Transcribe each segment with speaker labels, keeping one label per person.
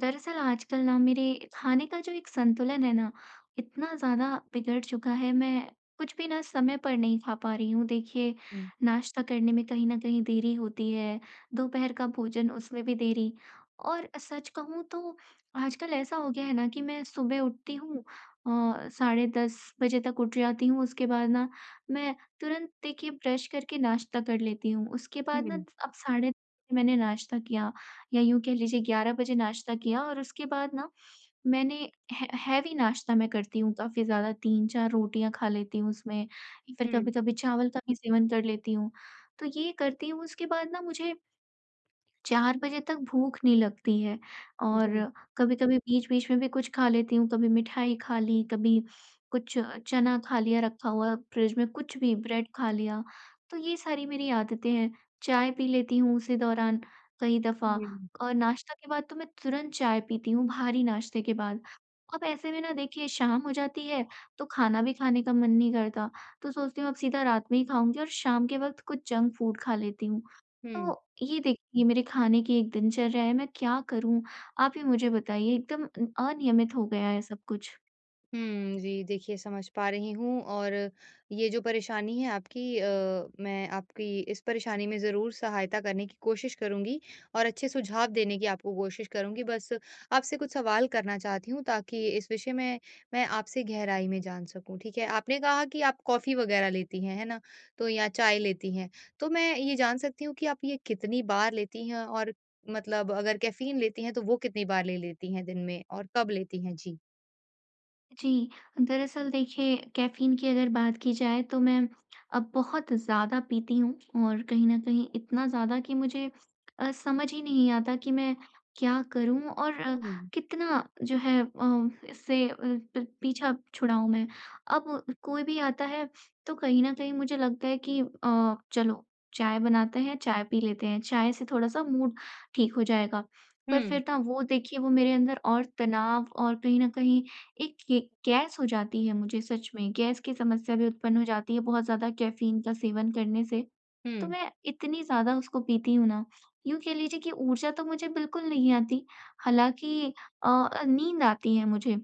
Speaker 1: दरअसल आजकल ना मेरे खाने का जो एक संतुलन है ना, इतना ज़्यादा बिगड़ चुका है, मैं कुछ भी ना समय पर नहीं खा पा रही हूँ। देखिए,
Speaker 2: हुँ,
Speaker 1: नाश्ता करने में कहीं न कहीं देरी होती है, दोपहर का भोजन उसमें भी देरी और सच कहूँ तो आजकल ऐसा हो गया है ना कि मैं सुबह उठती हूँ साढ़े 10 बजे तक उठ जाती हूँ, उसके बाद ना मैं तुरंत देखिए ब्रश करके नाश्ता कर लेती हूँ। उसके बाद ना
Speaker 2: हुँ,
Speaker 1: अब 10:30 बजे मैंने नाश्ता किया या यूँ कह लीजिए 11 बजे नाश्ता किया और उसके बाद ना मैंने हे हेवी नाश्ता मैं करती हूँ काफ़ी ज़्यादा 3-4 रोटियाँ खा लेती हूँ उसमें, फिर
Speaker 2: हुँ,
Speaker 1: कभी-कभी चावल का भी सेवन कर लेती हूँ। तो ये करती हूँ उसके बाद ना मुझे 4 बजे तक भूख नहीं लगती है
Speaker 2: जी,
Speaker 1: और कभी-कभी बीच-बीच में भी कुछ खा लेती हूँ, कभी मिठाई खा ली, कभी कुछ चना खा लिया रखा हुआ फ्रिज में, कुछ भी ब्रेड खा लिया, तो ये सारी मेरी आदतें हैं। चाय पी लेती हूँ उसी दौरान कई दफ़ा
Speaker 2: हुँ,
Speaker 1: और नाश्ता के बाद तो मैं तुरंत चाय पीती हूँ, भारी नाश्ते के बाद। अब ऐसे में ना देखिए शाम हो जाती है, तो खाना भी खाने का मन नहीं करता, तो सोचती हूँ अब सीधा रात में ही खाऊँगी और शाम के वक़्त कुछ जंक फूड खा लेती हूँ।
Speaker 2: हुँ।
Speaker 1: तो ये देखिए ये मेरे खाने की एक दिनचर्या है, मैं क्या करूँ? आप ही मुझे बताइए एकदम अनियमित हो गया है सब कुछ।
Speaker 2: हुँ, जी, देखिए समझ पा रही हूँ। और ये जो परेशानी है आपकी, मैं आपकी इस परेशानी में ज़रूर सहायता करने की कोशिश करूँगी और अच्छे सुझाव देने की आपको कोशिश करूँगी। बस आपसे कुछ सवाल करना चाहती हूँ ताकि इस विषय में मैं आपसे गहराई में जान सकूँ, ठीक है? आपने कहा कि आप कॉफ़ी वग़ैरह लेती हैं, है ना? तो या चाय लेती हैं, तो मैं ये जान सकती हूँ कि आप ये कितनी बार लेती हैं? और मतलब, अगर कैफ़ीन लेती हैं तो वो कितनी बार ले लेती हैं दिन में और कब लेती हैं? जी।
Speaker 1: जी, दरअसल देखिए कैफ़ीन की अगर बात की जाए तो मैं अब बहुत ज़्यादा पीती हूँ और कहीं न कहीं इतना ज़्यादा कि मुझे समझ ही नहीं आता कि मैं क्या करूँ और
Speaker 2: हुँ।
Speaker 1: कितना जो है इससे अ, प पीछा छुड़ाऊँ मैं। अब कोई भी आता है तो कहीं न कहीं मुझे लगता है कि चलो चाय बनाते हैं, चाय पी लेते हैं, चाय से थोड़ा-सा मूड ठीक हो जाएगा। पर
Speaker 2: हुँ।
Speaker 1: फिर ना वो देखिए वो मेरे अंदर और तनाव और कहीं न कहीं एक ये गैस हो जाती है मुझे सच में, गैस की समस्या भी उत्पन्न हो जाती है बहुत ज़्यादा कैफ़ीन का सेवन करने से। तो
Speaker 2: हुँ।
Speaker 1: मैं इतनी ज़्यादा उसको पीती हूँ ना, यूँ कह लीजिए कि ऊर्जा तो मुझे बिल्कुल नहीं आती, हालाँकि नींद आती है मुझे।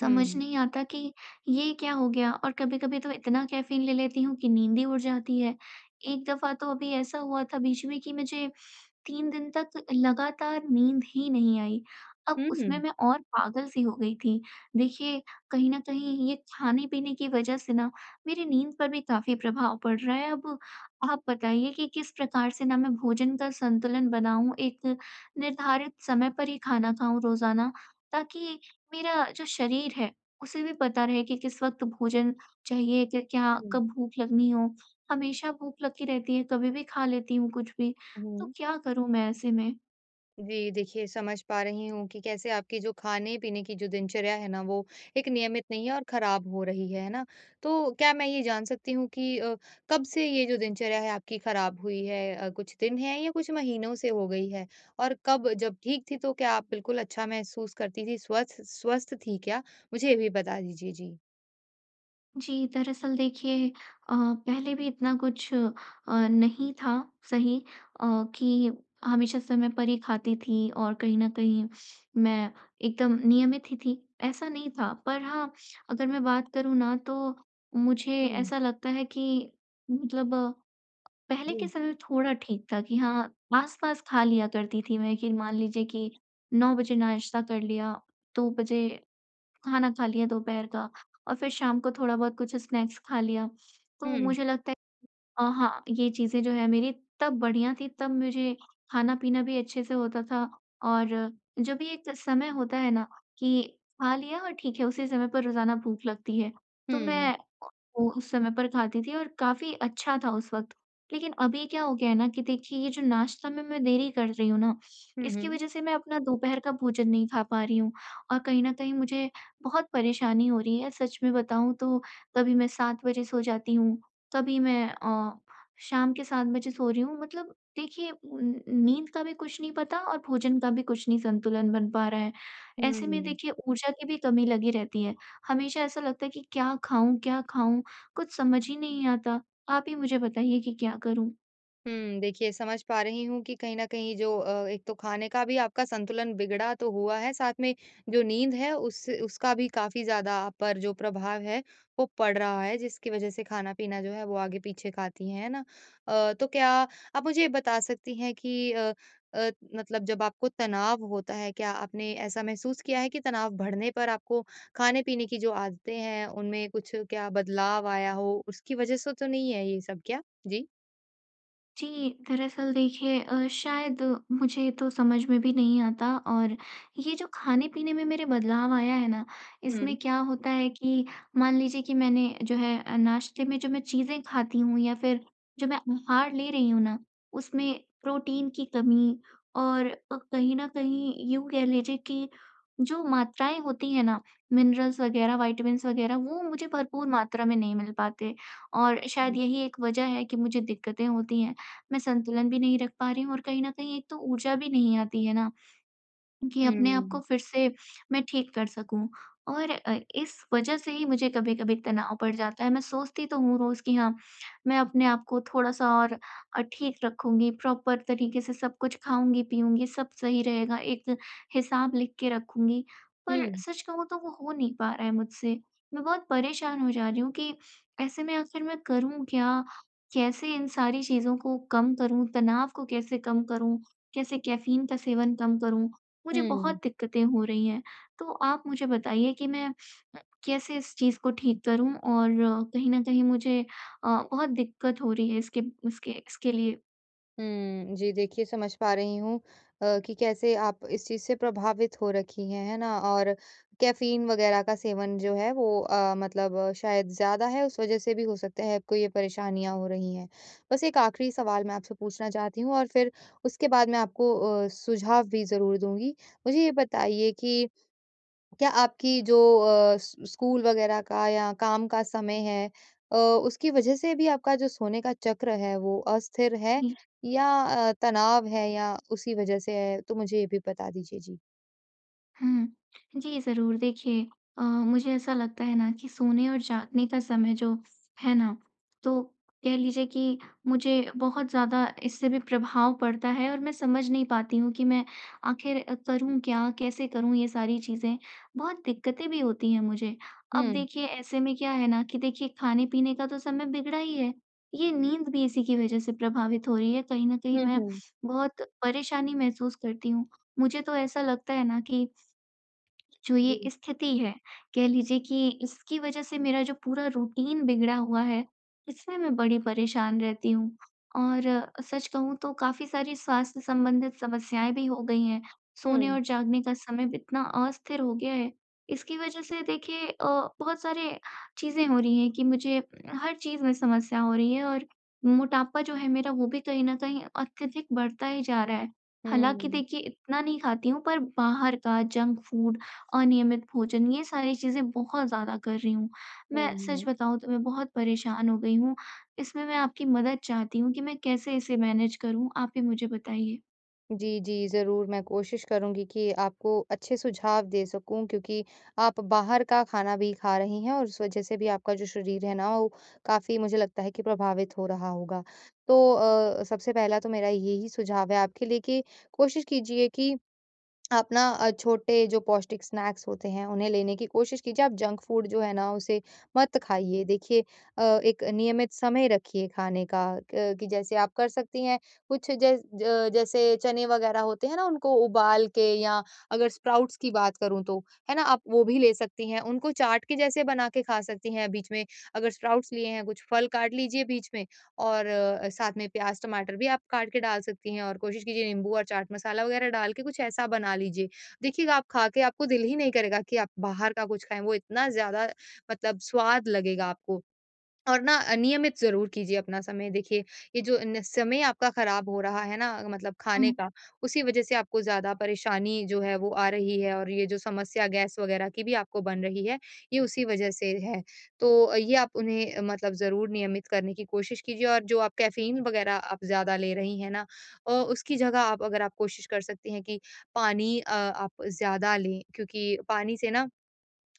Speaker 1: समझ
Speaker 2: हुँ।
Speaker 1: नहीं आता कि ये क्या हो गया और कभी-कभी तो इतना कैफ़ीन ले लेती हूँ कि नींद ही उड़ जाती है। एक दफ़ा तो अभी ऐसा हुआ था बीच में कि मुझे 3 दिन तक लगातार नींद ही नहीं आई। अब
Speaker 2: हुँ,
Speaker 1: उसमें
Speaker 2: हुँ,
Speaker 1: मैं और पागल सी हो गई थी। देखिए, कहीं न कहीं ये खाने-पीने की वजह से ना मेरी नींद पर भी काफ़ी प्रभाव पड़ रहा है। अब आप बताइए कि किस प्रकार से ना मैं भोजन का संतुलन बनाऊँ, एक निर्धारित समय पर ही खाना खाऊँ रोज़ाना, ताकि मेरा जो शरीर है, उसे भी पता रहे कि किस वक़्त भोजन चाहिए, कि क्या कब भूख लगनी हो। हमेशा भूख लगी रहती है, कभी भी खा लेती हूँ कुछ भी। तो
Speaker 2: हुँ।
Speaker 1: क्या करूँ मैं ऐसे में?
Speaker 2: जी, देखिए समझ पा रही हूँ कि कैसे आपकी जो खाने-पीने की जो दिनचर्या है ना, वो एक नियमित नहीं है और ख़राब हो रही है ना? तो क्या मैं ये जान सकती हूँ कि कब से ये जो दिनचर्या है आपकी ख़राब हुई है? कुछ दिन हैं या कुछ महीनों से हो गई है? और कब, जब ठीक थी, तो क्या आप बिल्कुल अच्छा महसूस करती थी, स्वस्थ स्वस्थ थी क्या? मुझे ये भी बता दीजिए। जी।
Speaker 1: जी, दरअसल देखिए पहले भी इतना कुछ नहीं था सही अ, कि हमेशा समय पर ही खाती थी और कहीं न कहीं मैं एकदम नियमित ही थी, ऐसा नहीं था। पर हाँ, अगर मैं बात करूँ ना तो मुझे
Speaker 2: हुँ,
Speaker 1: ऐसा लगता है कि मतलब पहले के
Speaker 2: जी।
Speaker 1: समय थोड़ा ठीक था कि हाँ, आस-पास खा लिया करती थी मैं कि मान लीजिए कि 9 बजे नाश्ता कर लिया, 2 बजे खाना खा लिया दोपहर का और फिर शाम को थोड़ा बहुत कुछ स्नैक्स खा लिया।
Speaker 2: हुँ,
Speaker 1: तो
Speaker 2: हुँ।
Speaker 1: मुझे लगता हाँ, ये चीज़ें जो है मेरी तब बढ़िया थी, तब मुझे खाना-पीना भी अच्छे से होता था और जब भी एक समय होता है ना कि खा लिया और ठीक है, उसी समय पर रोज़ाना भूख लगती है, तो मैं वो उस समय पर खाती थी और काफ़ी अच्छा था उस वक़्त। लेकिन अभी क्या हो गया है ना कि देखिए ये जो नाश्ता में मैं देरी कर रही हूँ ना,
Speaker 2: हुँ,
Speaker 1: इसकी
Speaker 2: हुँ।
Speaker 1: वज़ह से मैं अपना दोपहर का भोजन नहीं खा पा रही हूँ और कहीं न कहीं मुझे बहुत परेशानी हो रही है। सच में बताऊँ तो कभी मैं 7 बजे सो जाती हूँ, तभी मैं शाम के 7 बजे सो रही हूँ। मतलब देखिए उन नींद का भी कुछ नहीं पता और भोजन का भी कुछ नहीं संतुलन बन पा रहा है। ऐसे में
Speaker 2: हुँ।
Speaker 1: देखिए ऊर्जा की भी कमी लगी रहती है। हमेशा ऐसा लगता है कि क्या खाऊँ, क्या खाऊँ? कुछ समझ ही नहीं आता। आप ही मुझे बताइए कि क्या करूँ?
Speaker 2: हुँ, देखिए समझ पा रही हूँ कि कहीं न कहीं जो, एक तो खाने का भी आपका संतुलन बिगड़ा तो हुआ है, साथ में जो नींद है उस उसका भी काफ़ी ज़्यादा आप पर जो प्रभाव है वो पड़ रहा है, जिसकी वज़ह से खाना-पीना जो है वो आगे-पीछे खाती हैं, है ना? तो क्या आप मुझे ये बता सकती हैं कि मतलब, जब आपको तनाव होता है, क्या आपने ऐसा महसूस किया है कि तनाव बढ़ने पर आपको खाने-पीने की जो आदतें हैं, उनमें कुछ क्या बदलाव आया हो? उसकी वज़ह से तो नहीं है ये सब क्या? जी।
Speaker 1: जी, दरअसल देखिए शायद मुझे तो समझ में भी नहीं आता और ये जो खाने-पीने में मेरे बदलाव आया है ना,
Speaker 2: हुँ।
Speaker 1: इसमें क्या होता है कि मान लीजिए कि मैंने जो है नाश्ते में जो मैं चीज़ें खाती हूँ या फिर जो मैं आहार ले रही हूँ ना, उसमें प्रोटीन की कमी और कहीं न कहीं यूँ कह लीजिए कि जो मात्राएँ होती हैं ना, मिनरल्स वगैरह, विटामिन्स वगैरह, वो मुझे भरपूर मात्रा में नहीं मिल पाते और शायद यही एक वजह है कि मुझे दिक्कतें होती हैं। मैं संतुलन भी नहीं रख पा रही हूँ और कहीं न कहीं एक तो ऊर्जा भी नहीं आती है ना, कि अपने आप
Speaker 2: हुँ।
Speaker 1: को फिर से मैं ठीक कर सकूँ। और इस वज़ह से ही मुझे कभी-कभी तनाव बढ़ जाता है। मैं सोचती तो हूँ रोज़ कि हाँ, मैं अपने आप को थोड़ा-सा और ठीक रखूँगी, प्रॉपर तरीके से सब कुछ खाऊँगी-पीऊँगी, सब सही रहेगा, एक हिसाब लिख के रखूँगी। पर
Speaker 2: हुँ,
Speaker 1: सच कहूँ तो वो हो नहीं पा रहा है मुझसे। मैं बहुत परेशान हो जा रही हूँ कि ऐसे में आखिर मैं करूँ क्या? कैसे इन सारी चीज़ों को कम करूँ? तनाव को कैसे कम करूँ? कैसे कैफ़ीन का सेवन कम करूँ? मुझे
Speaker 2: हुँ,
Speaker 1: बहुत दिक्कतें हो रही हैं। तो आप मुझे बताइए कि मैं कैसे इस चीज़ को ठीक करूँ और कहीं न कहीं मुझे बहुत दिक्कत हो रही है इसके इसके इसके लिए?
Speaker 2: हुँ। जी, देखिए समझ पा रही हूँ कि कैसे आप इस चीज़ से प्रभावित हो रखी हैं, है ना? और कैफ़ीन वग़ैरह का सेवन जो है वो मतलब, शायद ज़्यादा है, उस वज़ह से भी हो सकता है आपको ये परेशानियाँ हो रही हैं। बस एक आखिरी सवाल मैं आपसे पूछना चाहती हूँ और फिर उसके बाद मैं आपको सुझाव भी ज़रूर दूँगी। मुझे ये बताइए कि क्या आपकी जो अ, स स्कूल वगैरह का या काम का समय है, अ, उसकी वजह से भी आपका जो सोने का चक्र है वो अस्थिर है,
Speaker 1: जी।
Speaker 2: या तनाव है, या उसी वजह से है? तो मुझे ये भी बता दीजिए। जी।
Speaker 1: हुँ। जी, ज़रूर। देखिए मुझे ऐसा लगता है ना कि सोने और जागने का समय जो है ना, तो कह लीजिए कि मुझे बहुत ज़्यादा इससे भी प्रभाव पड़ता है और मैं समझ नहीं पाती हूँ कि मैं आखिर करूँ क्या? कैसे करूँ ये सारी चीज़ें? बहुत दिक्कतें भी होती हैं मुझे। अब
Speaker 2: हुँ।
Speaker 1: देखिए ऐसे में क्या है ना कि देखिए खाने-पीने का तो समय बिगड़ा ही है, ये नींद भी इसी की वज़ह से प्रभावित हो रही है। कहीं न कहीं
Speaker 2: हुँ,
Speaker 1: मैं
Speaker 2: हुँ।
Speaker 1: बहुत परेशानी महसूस करती हूँ। मुझे तो ऐसा लगता है ना कि जो ये
Speaker 2: जी।
Speaker 1: स्थिति है, कह लीजिए कि इसकी वजह से मेरा जो पूरा रूटीन बिगड़ा हुआ है, इसमें मैं बड़ी परेशान रहती हूँ। और सच कहूँ तो काफ़ी सारी स्वास्थ्य संबंधित समस्याएँ भी हो गई हैं। सोने
Speaker 2: हुँ।
Speaker 1: और जागने का समय भी इतना अस्थिर हो गया है, इसकी वजह से देखिए बहुत सारे चीज़ें हो रही हैं कि मुझे हर चीज़ में समस्या हो रही है और मोटापा जो है मेरा वो भी कहीं न कहीं अत्यधिक बढ़ता ही जा रहा है।
Speaker 2: हुँ,
Speaker 1: हालाँकि
Speaker 2: हुँ,
Speaker 1: देखिए इतना नहीं खाती हूँ पर बाहर का जंक फूड अनियमित भोजन ये सारी चीज़ें बहुत ज़्यादा कर रही हूँ।
Speaker 2: हुँ,
Speaker 1: मैं सच
Speaker 2: हुँ।
Speaker 1: बताऊँ तो मैं बहुत परेशान हो गई हूँ। इसमें मैं आपकी मदद चाहती हूँ कि मैं कैसे इसे मैनेज करूँ? आप ही मुझे बताइए।
Speaker 2: जी, जी, ज़रूर मैं कोशिश करूँगी कि आपको अच्छे सुझाव दे सकूँ, क्योंकि आप बाहर का खाना भी खा रही हैं और उस वज़ह से भी आपका जो शरीर है ना, वो काफ़ी, मुझे लगता है कि, प्रभावित हो रहा होगा। तो सबसे पहला तो मेरा यही सुझाव है आपके लिए कि कोशिश कीजिए कि आप ना छोटे जो पौष्टिक स्नैक्स होते हैं उन्हें लेने की कोशिश कीजिए। आप जंक फूड जो है ना उसे मत खाइए। देखिए, एक नियमित समय रखिए खाने का। क कि जैसे आप कर सकती हैं कुछ, जैसे चने वग़ैरह होते हैं ना उनको उबाल के, या अगर स्प्राउट्स की बात करूँ तो, है ना? आप वो भी ले सकती हैं। उनको चाट के जैसे बना के खा सकती हैं बीच में। अगर स्प्राउट्स लिए हैं कुछ फल काट लीजिए बीच में और साथ में प्याज़, टमाटर भी आप काट के डाल सकती हैं और कोशिश कीजिए नींबू और चाट मसाला वगैरह डाल के कुछ ऐसा बना लीजिए। देखिएगा, आप खा के आपको दिल ही नहीं करेगा कि आप बाहर का कुछ खाएँ, वो इतना ज़्यादा, मतलब, स्वाद लगेगा आपको। और ना, नियमित ज़रूर कीजिए अपना समय, देखिए, ये जो न समय आपका ख़राब हो रहा है ना, मतलब खाने
Speaker 1: हुँ,
Speaker 2: का, उसी वज़ह से आपको ज़्यादा परेशानी जो है वो आ रही है और ये जो समस्या गैस वग़ैरह की भी आपको बन रही है, ये उसी वज़ह से है। तो ये आप उन्हें मतलब ज़रूर नियमित करने की कोशिश कीजिए, और जो आप कैफ़ीन वग़ैरह आप ज़्यादा ले रही हैं ना, उसकी जगह आप, अगर आप कोशिश कर सकती हैं कि पानी आप ज़्यादा लें, क्योंकि पानी से ना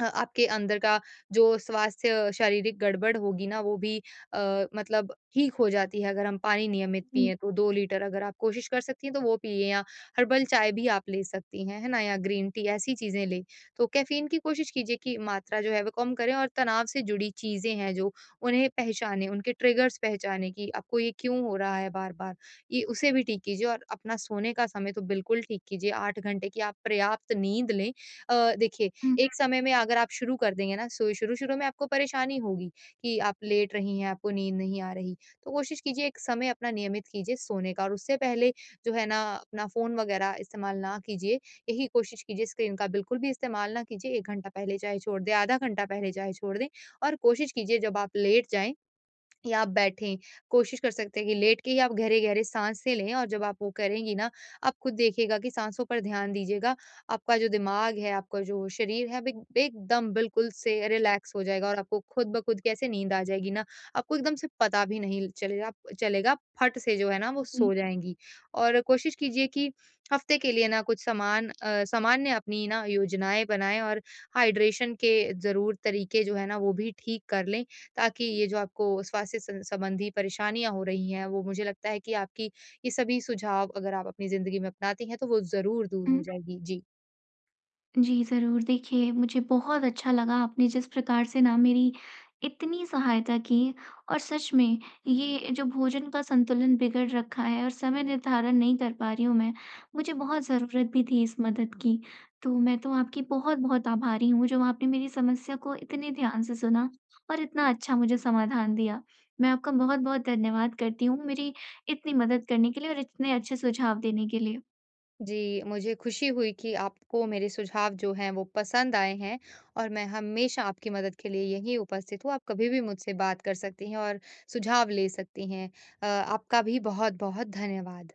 Speaker 2: आपके अंदर का जो स्वास्थ्य शारीरिक गड़बड़ होगी ना वो भी मतलब ठीक हो जाती है। अगर हम पानी नियमित
Speaker 1: जी।
Speaker 2: पिएँ तो 2 लीटर, अगर आप कोशिश कर सकती हैं तो वो पिएँ, या हर्बल चाय भी आप ले सकती हैं, है ना? या ग्रीन टी, ऐसी चीज़ें लें। तो कैफ़ीन की कोशिश कीजिए कि मात्रा जो है वो कम करें, और तनाव से जुड़ी चीज़ें हैं जो, उन्हें पहचानें, उनके ट्रिगर्स पहचानें कि आपको ये क्यों हो रहा है बार-बार। ये उसे भी ठीक कीजिए, और अपना सोने का समय तो बिल्कुल ठीक कीजिए, 8 घंटे की आप पर्याप्त नींद लें। देखिए,
Speaker 1: हुँ,
Speaker 2: एक समय में अगर आप शुरू कर देंगे ना, शुरू-शुरू में आपको परेशानी होगी कि आप लेट रही हैं, आपको नींद नहीं आ रही। तो कोशिश कीजिए एक समय अपना नियमित कीजिए सोने का, और उससे पहले जो है ना, अपना फ़ोन वग़ैरह इस्तेमाल ना कीजिए। यही कोशिश कीजिए, स्क्रीन का बिल्कुल भी इस्तेमाल ना कीजिए, 1 घंटा पहले चाहे छोड़ दें, आधा घंटा पहले चाहे छोड़ दें। और कोशिश कीजिए, जब आप लेट जाएँ या आप बैठें, कोशिश कर सकते हैं कि लेट के ही आप गहरे-गहरे साँसें लें, और जब आप वो करेंगी ना, आप खुद देखिएगा कि साँसों पर ध्यान दीजिएगा, आपका जो दिमाग है, आपका जो शरीर है, अब एक एकदम बिल्कुल से रिलैक्स हो जाएगा और आपको खुद ब खुद कैसे नींद आ जाएगी ना, आपको एकदम से पता भी नहीं चलेगा। आप फट से जो है ना, वो
Speaker 1: जी।
Speaker 2: सो जाएँगी। और कोशिश कीजिए कि हफ्ते के लिए ना कुछ सामान्य अपनी ना योजनाएँ बनाएँ, और हाइड्रेशन के ज़रूर तरीके जो है ना, वो भी ठीक कर लें, ताकि ये जो आपको स्वास्थ्य सं संबंधी परेशानियाँ हो रही हैं, वो, मुझे लगता है कि, आपकी, ये सभी सुझाव अगर आप अपनी ज़िंदगी में अपनाती हैं, तो वो ज़रूर दूर
Speaker 1: हुँ।
Speaker 2: हो जाएगी। जी।
Speaker 1: जी, ज़रूर। देखिए, मुझे बहुत अच्छा लगा आपने जिस प्रकार से ना मेरी इतनी सहायता की और सच में ये जो भोजन का संतुलन बिगड़ रखा है और समय निर्धारण नहीं कर पा रही हूँ मैं, मुझे बहुत ज़रूरत भी थी इस मदद की। तो मैं तो आपकी बहुत-बहुत आभारी हूँ जो आपने मेरी समस्या को इतने ध्यान से सुना और इतना अच्छा मुझे समाधान दिया। मैं आपका बहुत-बहुत धन्यवाद करती हूँ, मेरी इतनी मदद करने के लिए और इतने अच्छे सुझाव देने के लिए।
Speaker 2: जी, मुझे खुशी हुई कि आपको मेरे सुझाव जो हैं, वो पसंद आए हैं, और मैं हमेशा आपकी मदद के लिए यहीं उपस्थित हूँ। आप कभी भी मुझसे बात कर सकती हैं और सुझाव ले सकती हैं। आपका भी बहुत-बहुत धन्यवाद।